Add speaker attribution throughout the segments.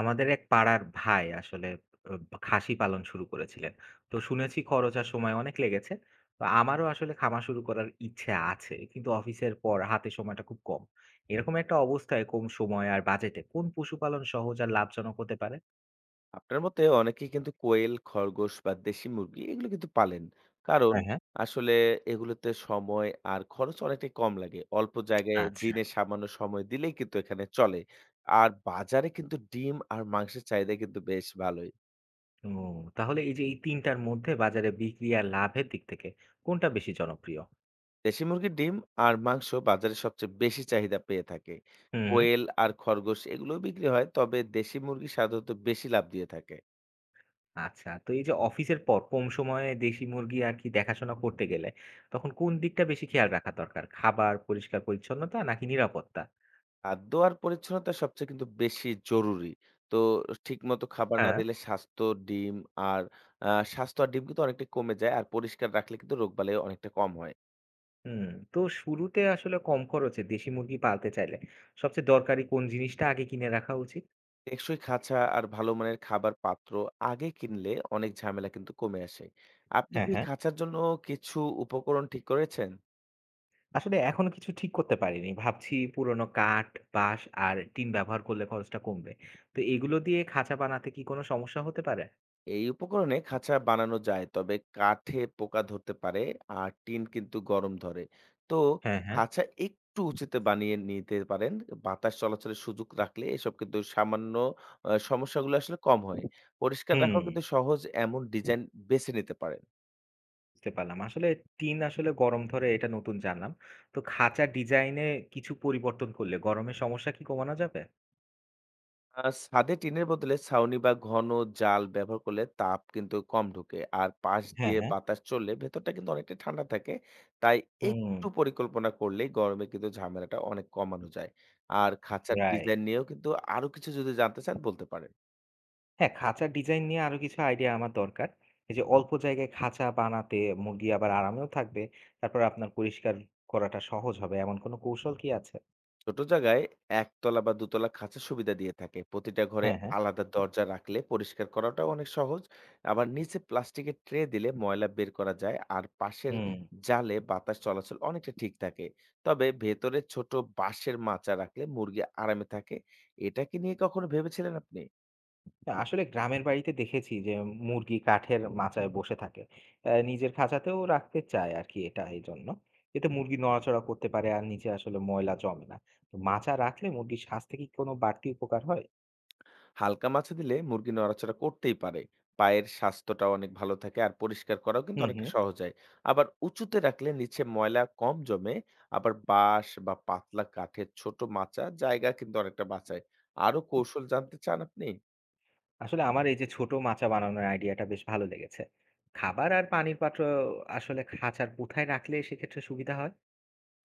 Speaker 1: আমাদের এক পাড়ার ভাই আসলে খাসি পালন শুরু করেছিলেন। তো শুনেছি খরচ আর সময় অনেক লেগেছে। তো আমারও আসলে খামার শুরু করার ইচ্ছে আছে। কিন্তু অফিসের পর হাতে সময়টা খুব কম। এরকম একটা অবস্থায় কম সময় আর বাজেটে কোন পশুপালন সহজ আর লাভজনক হতে পারে?
Speaker 2: আপনার মতে অনেকেই কিন্তু কোয়েল, খরগোশ বা দেশি মুরগি এগুলো কিন্তু পালেন। কারণ
Speaker 1: হ্যাঁ, হ্যাঁ।
Speaker 2: আসলে এগুলোতে সময় আর খরচ অনেকটাই কম লাগে। অল্প জায়গায়
Speaker 1: আচ্ছা।
Speaker 2: দিনে সামান্য সময় দিলেই কিন্তু এখানে চলে। আর বাজারে কিন্তু ডিম আর মাংসের চাহিদা কিন্তু বেশ ভালোই।
Speaker 1: ও, তাহলে এই যে এই ৩ টার মধ্যে বাজারে বিক্রি আর লাভের দিক থেকে কোনটা বেশি জনপ্রিয়?
Speaker 2: দেশি মুরগির ডিম আর মাংস বাজারে সবচেয়ে বেশি চাহিদা পেয়ে থাকে।
Speaker 1: হুম।
Speaker 2: কোয়েল আর খরগোশ এগুলোও বিক্রি হয়, তবে দেশি মুরগি সাধারণত বেশি লাভ দিয়ে থাকে।
Speaker 1: আচ্ছা। তো এই যে অফিসের পর কম সময়ে দেশি মুরগি আর কি দেখাশোনা করতে গেলে তখন কোন দিকটা বেশি খেয়াল রাখা দরকার? খাবার, পরিষ্কার-পরিচ্ছন্নতা নাকি নিরাপত্তা?
Speaker 2: খাদ্য আর পরিচ্ছন্নতা সবচেয়ে কিন্তু বেশি জরুরি। তো ঠিকমতো খাবার না
Speaker 1: হ্যাঁ।
Speaker 2: দিলে স্বাস্থ্য, ডিম আর আ স্বাস্থ্য আর ডিম কিন্তু অনেকটাই কমে যায়। আর পরিষ্কার রাখলে কিন্তু রোগবালাই অনেকটা কম হয়।
Speaker 1: হুম। তো শুরুতে আসলে কম খরচে দেশি মুরগি পালতে চাইলে সবচেয়ে দরকারি কোন জিনিসটা আগে কিনে রাখা উচিত?
Speaker 2: টেকসই খাঁচা আর ভালো মানের খাবার পাত্র আগে কিনলে অনেক ঝামেলা কিন্তু কমে আসে। আপনি
Speaker 1: হ্যাঁ,
Speaker 2: কি
Speaker 1: হ্যাঁ।
Speaker 2: খাঁচার জন্য কিছু উপকরণ ঠিক করেছেন?
Speaker 1: আসলে এখনো কিছু ঠিক করতে পারিনি। ভাবছি পুরনো কাঠ, বাঁশ আর টিন ব্যবহার করলে খরচটা কমবে। তো এগুলো দিয়ে খাঁচা বানাতে কি কোনো সমস্যা হতে পারে?
Speaker 2: এই উপকরণে খাঁচা বানানো যায় তবে কাঠে পোকা ধরতে পারে আর টিন কিন্তু গরম ধরে। তো
Speaker 1: হ্যাঁ, হ্যাঁ।
Speaker 2: খাঁচা একটু উঁচুতে বানিয়ে নিতে পারেন, বাতাস চলাচলের সুযোগ রাখলে এসব কিন্তু সামান্য, সমস্যাগুলো আসলে কম হয়। পরিষ্কার
Speaker 1: হুম।
Speaker 2: রাখাও কিন্তু সহজ, এমন ডিজাইন বেছে নিতে পারেন।
Speaker 1: বুঝতে পারলাম। আসলে টিন আসলে গরম ধরে, এটা নতুন জানলাম। তো খাঁচা ডিজাইনে কিছু পরিবর্তন করলে গরমের সমস্যা কি কমানো যাবে?
Speaker 2: ছাদে টিনের বদলে ছাউনি বা ঘন জাল ব্যবহার করলে তাপ কিন্তু কম ঢোকে। আর পাশ
Speaker 1: হ্যাঁ,
Speaker 2: দিয়ে
Speaker 1: হ্যাঁ।
Speaker 2: বাতাস চললে ভেতরটা কিন্তু অনেকটাই ঠান্ডা থাকে। তাই
Speaker 1: হুম,
Speaker 2: একটু পরিকল্পনা করলেই গরমে কিন্তু ঝামেলাটা অনেক কমানো যায়। আর খাঁচার
Speaker 1: রাইট।
Speaker 2: ডিজাইন নিয়েও কিন্তু আরো কিছু যদি জানতে চান বলতে পারেন।
Speaker 1: হ্যাঁ, খাঁচার ডিজাইন নিয়ে আরো কিছু আইডিয়া আমার দরকার। এই যে অল্প জায়গায় খাঁচা বানাতে মুরগি আবার আরামেও থাকবে। তারপর আপনার পরিষ্কার করাটা সহজ হবে এমন কোনো কৌশল কি আছে?
Speaker 2: ছোট জায়গায় একতলা বা দুতলা খাঁচা সুবিধা দিয়ে থাকে, প্রতিটা ঘরে
Speaker 1: হ্যাঁ, হ্যাঁ।
Speaker 2: আলাদা দরজা রাখলে পরিষ্কার করাটাও অনেক সহজ। আবার নিচে প্লাস্টিকের ট্রে দিলে ময়লা বের করা যায়, আর পাশের
Speaker 1: হুম।
Speaker 2: জালে বাতাস চলাচল অনেকটা ঠিক থাকে। তবে ভেতরে ছোট বাঁশের মাচা রাখলে মুরগি আরামে থাকে। এটা কি নিয়ে কখনো ভেবেছিলেন আপনি?
Speaker 1: না, আসলে গ্রামের বাড়িতে দেখেছি যে মুরগি কাঠের মাচায় বসে থাকে। নিজের খাঁচাতেও রাখতে চায় আর কি, এটা এই জন্য এতে মুরগি নড়াচড়া করতে পারে আর নিচে আসলে ময়লা জমে না। তো মাচা রাখলে মুরগির স্বাস্থ্যে কি কোনো বাড়তি উপকার হয়?
Speaker 2: হালকা মাছও দিলে মুরগি নড়াচড়া করতেই পারে, পায়ের স্বাস্থ্যটা অনেক ভালো থাকে আর পরিষ্কার করাও কিন্তু
Speaker 1: হুম,
Speaker 2: অনেকটা
Speaker 1: হুম।
Speaker 2: সহজ হয়। আবার উঁচুতে রাখলে নিচে ময়লা কম জমে। আবার বাঁশ বা পাতলা কাঠের ছোট মাচা জায়গা কিন্তু অনেকটা বাঁচায়। আরো কৌশল জানতে চান আপনি?
Speaker 1: আসলে আমার এই যে ছোট মাচা বানানোর আইডিয়াটা বেশ ভালো লেগেছে। খাবার আর পানির পাত্র আসলে খাঁচার কোথায় রাখলে সেক্ষেত্রে সুবিধা হয়?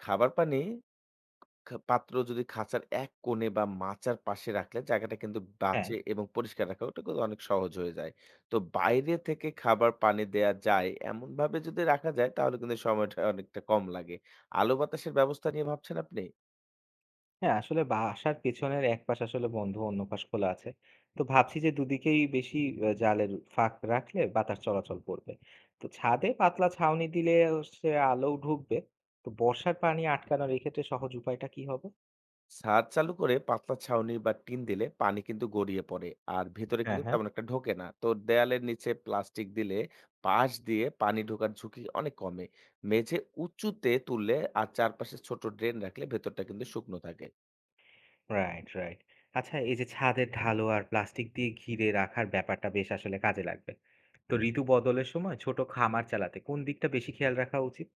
Speaker 2: খাবার পানি পাত্র যদি খাঁচার এক কোণে বা মাচার পাশে রাখলে জায়গাটা কিন্তু
Speaker 1: হ্যাঁ।
Speaker 2: বাঁচে এবং পরিষ্কার রাখা ওটা কিন্তু অনেক সহজ হয়ে যায়। তো বাইরে থেকে খাবার পানি দেয়া যায় এমনভাবে যদি রাখা যায় তাহলে কিন্তু সময়টা অনেকটা কম লাগে। আলো বাতাসের ব্যবস্থা নিয়ে ভাবছেন আপনি?
Speaker 1: হ্যাঁ, আসলে বাসার পেছনের এক পাশ আসলে বন্ধ, অন্য পাশ খোলা আছে। তো ভাবছি যে দুদিকেই বেশি জালের ফাঁক রাখলে বাতাস চলাচল করবে। তো ছাদে পাতলা ছাউনি দিলে হচ্ছে আলো ঢুকবে। তো বর্ষার পানি আটকানোর এক্ষেত্রে সহজ উপায়টা কি হবে?
Speaker 2: ছাদ চালু করে পাতলা ছাউনি বা টিন দিলে পানি কিন্তু গড়িয়ে পড়ে। আর ভেতরে
Speaker 1: হ্যাঁ,
Speaker 2: কিন্তু
Speaker 1: হ্যাঁ।
Speaker 2: তেমন একটা ঢোকে না। তো দেয়ালের নিচে প্লাস্টিক দিলে পাশ দিয়ে পানি ঢোকার ঝুঁকি অনেক কমে। মেঝে উঁচুতে তুললে আর চারপাশে ছোট ড্রেন রাখলে ভেতরটা কিন্তু শুকনো থাকে।
Speaker 1: Right, right. আচ্ছা, এই যে ছাদের ঢালো আর প্লাস্টিক দিয়ে ঘিরে রাখার ব্যাপারটা বেশ আসলে কাজে লাগবে। তো ঋতু বদলের সময় ছোট খামার চালাতে কোন দিকটা বেশি খেয়াল রাখা উচিত?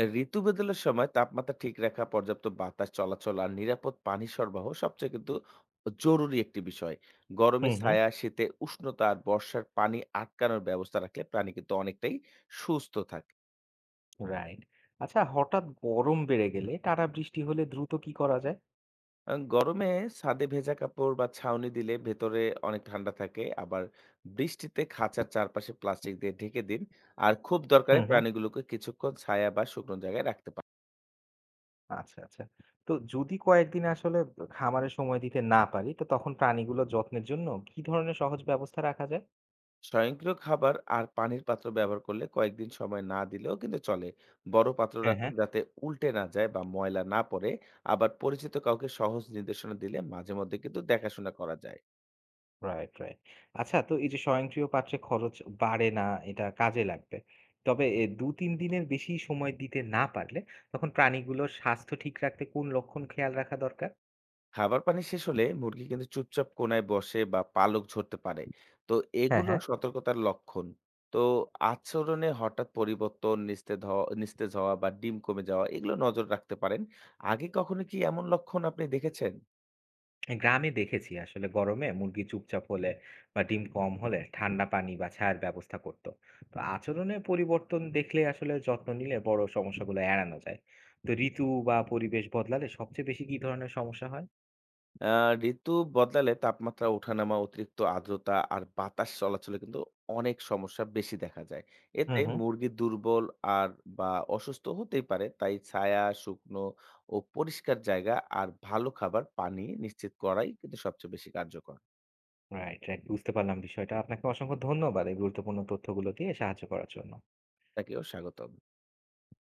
Speaker 2: এ ঋতু বদলের সময় তাপমাত্রা ঠিক রাখা, পর্যাপ্ত বাতাস চলাচল আর নিরাপদ পানি সরবরাহ সবচেয়ে কিন্তু জরুরি একটি বিষয়। গরমে
Speaker 1: হুম, হুম।
Speaker 2: ছায়া, শীতে উষ্ণতা আর বর্ষার পানি আটকানোর ব্যবস্থা রাখলে প্রাণী কিন্তু অনেকটাই সুস্থ থাকে।
Speaker 1: রাইট। আচ্ছা, হঠাৎ গরম বেড়ে গেলে টানা বৃষ্টি হলে দ্রুত কি করা যায়?
Speaker 2: গরমে ছাদে ভেজা কাপড় বা ছাউনি দিলে ভেতরে অনেক ঠান্ডা থাকে। আবার বৃষ্টিতে খাঁচার চারপাশে প্লাস্টিক দিয়ে ঢেকে দিন। আর খুব দরকারে
Speaker 1: হুম, হুম।
Speaker 2: প্রাণীগুলোকে কিছুক্ষণ ছায়া বা শুকনো জায়গায় রাখতে পারেন।
Speaker 1: আচ্ছা, আচ্ছা। তো যদি কয়েকদিন আসলে খামারে সময় দিতে না পারি, তো তখন প্রাণীগুলোর যত্নের জন্য কি ধরনের সহজ ব্যবস্থা রাখা যায়?
Speaker 2: স্বয়ংক্রিয় খাবার আর পানির পাত্র ব্যবহার করলে কয়েকদিন সময় না দিলেও কিন্তু চলে। বড় পাত্র
Speaker 1: হ্যাঁ,
Speaker 2: রাখুন
Speaker 1: হ্যাঁ।
Speaker 2: যাতে উল্টে না যায় বা ময়লা না পড়ে। আবার পরিচিত কাউকে সহজ নির্দেশনা দিলে মাঝে মধ্যে কিন্তু দেখাশোনা করা যায়।
Speaker 1: Right, right. আচ্ছা, তো এই যে স্বয়ংক্রিয় পাত্রে খরচ বাড়ে না, এটা কাজে লাগবে। তবে এ ২-৩ দিনের বেশি সময় দিতে না পারলে তখন প্রাণীগুলোর স্বাস্থ্য ঠিক রাখতে কোন লক্ষণ খেয়াল রাখা দরকার?
Speaker 2: খাবার পানি শেষ হলে মুরগি কিন্তু চুপচাপ কোণায় বসে বা পালক ঝরতে পারে, তো
Speaker 1: হ্যাঁ,
Speaker 2: এগুলো
Speaker 1: হ্যাঁ।
Speaker 2: সতর্কতার লক্ষণ। তো আচরণে হঠাৎ পরিবর্তন, নিস্তেজ হওয়া বা ডিম কমে যাওয়া, এগুলো নজর রাখতে পারেন। আগে কখনো কি এমন লক্ষণ আপনি দেখেছেন?
Speaker 1: হ্যাঁ, গ্রামে দেখেছি আসলে গরমে মুরগি চুপচাপ হলে বা ডিম কম হলে ঠান্ডা পানি বা ছায়ার ব্যবস্থা করতো। তো আচরণে পরিবর্তন দেখলে আসলে যত্ন নিলে বড় সমস্যাগুলো এড়ানো যায়। তো ঋতু বা পরিবেশ বদলালে সবচেয়ে বেশি কি ধরনের সমস্যা হয়?
Speaker 2: আ ঋতু বদলালে তাপমাত্রা ওঠানামা, অতিরিক্ত আর্দ্রতা আর বাতাস চলাচলে কিন্তু অনেক সমস্যা বেশি দেখা যায়।
Speaker 1: হুম,
Speaker 2: এতে
Speaker 1: হুম।
Speaker 2: মুরগি দুর্বল আর বা অসুস্থ হতেই পারে। তাই ছায়া, শুকনো ও পরিষ্কার জায়গা আর ভালো খাবার, পানি নিশ্চিত করাই কিন্তু সবচেয়ে বেশি কার্যকর।
Speaker 1: Right, right. বুঝতে পারলাম বিষয়টা। আপনাকে অসংখ্য ধন্যবাদ এই গুরুত্বপূর্ণ তথ্যগুলো দিয়ে সাহায্য করার জন্য।
Speaker 2: আপনাকেও স্বাগতম।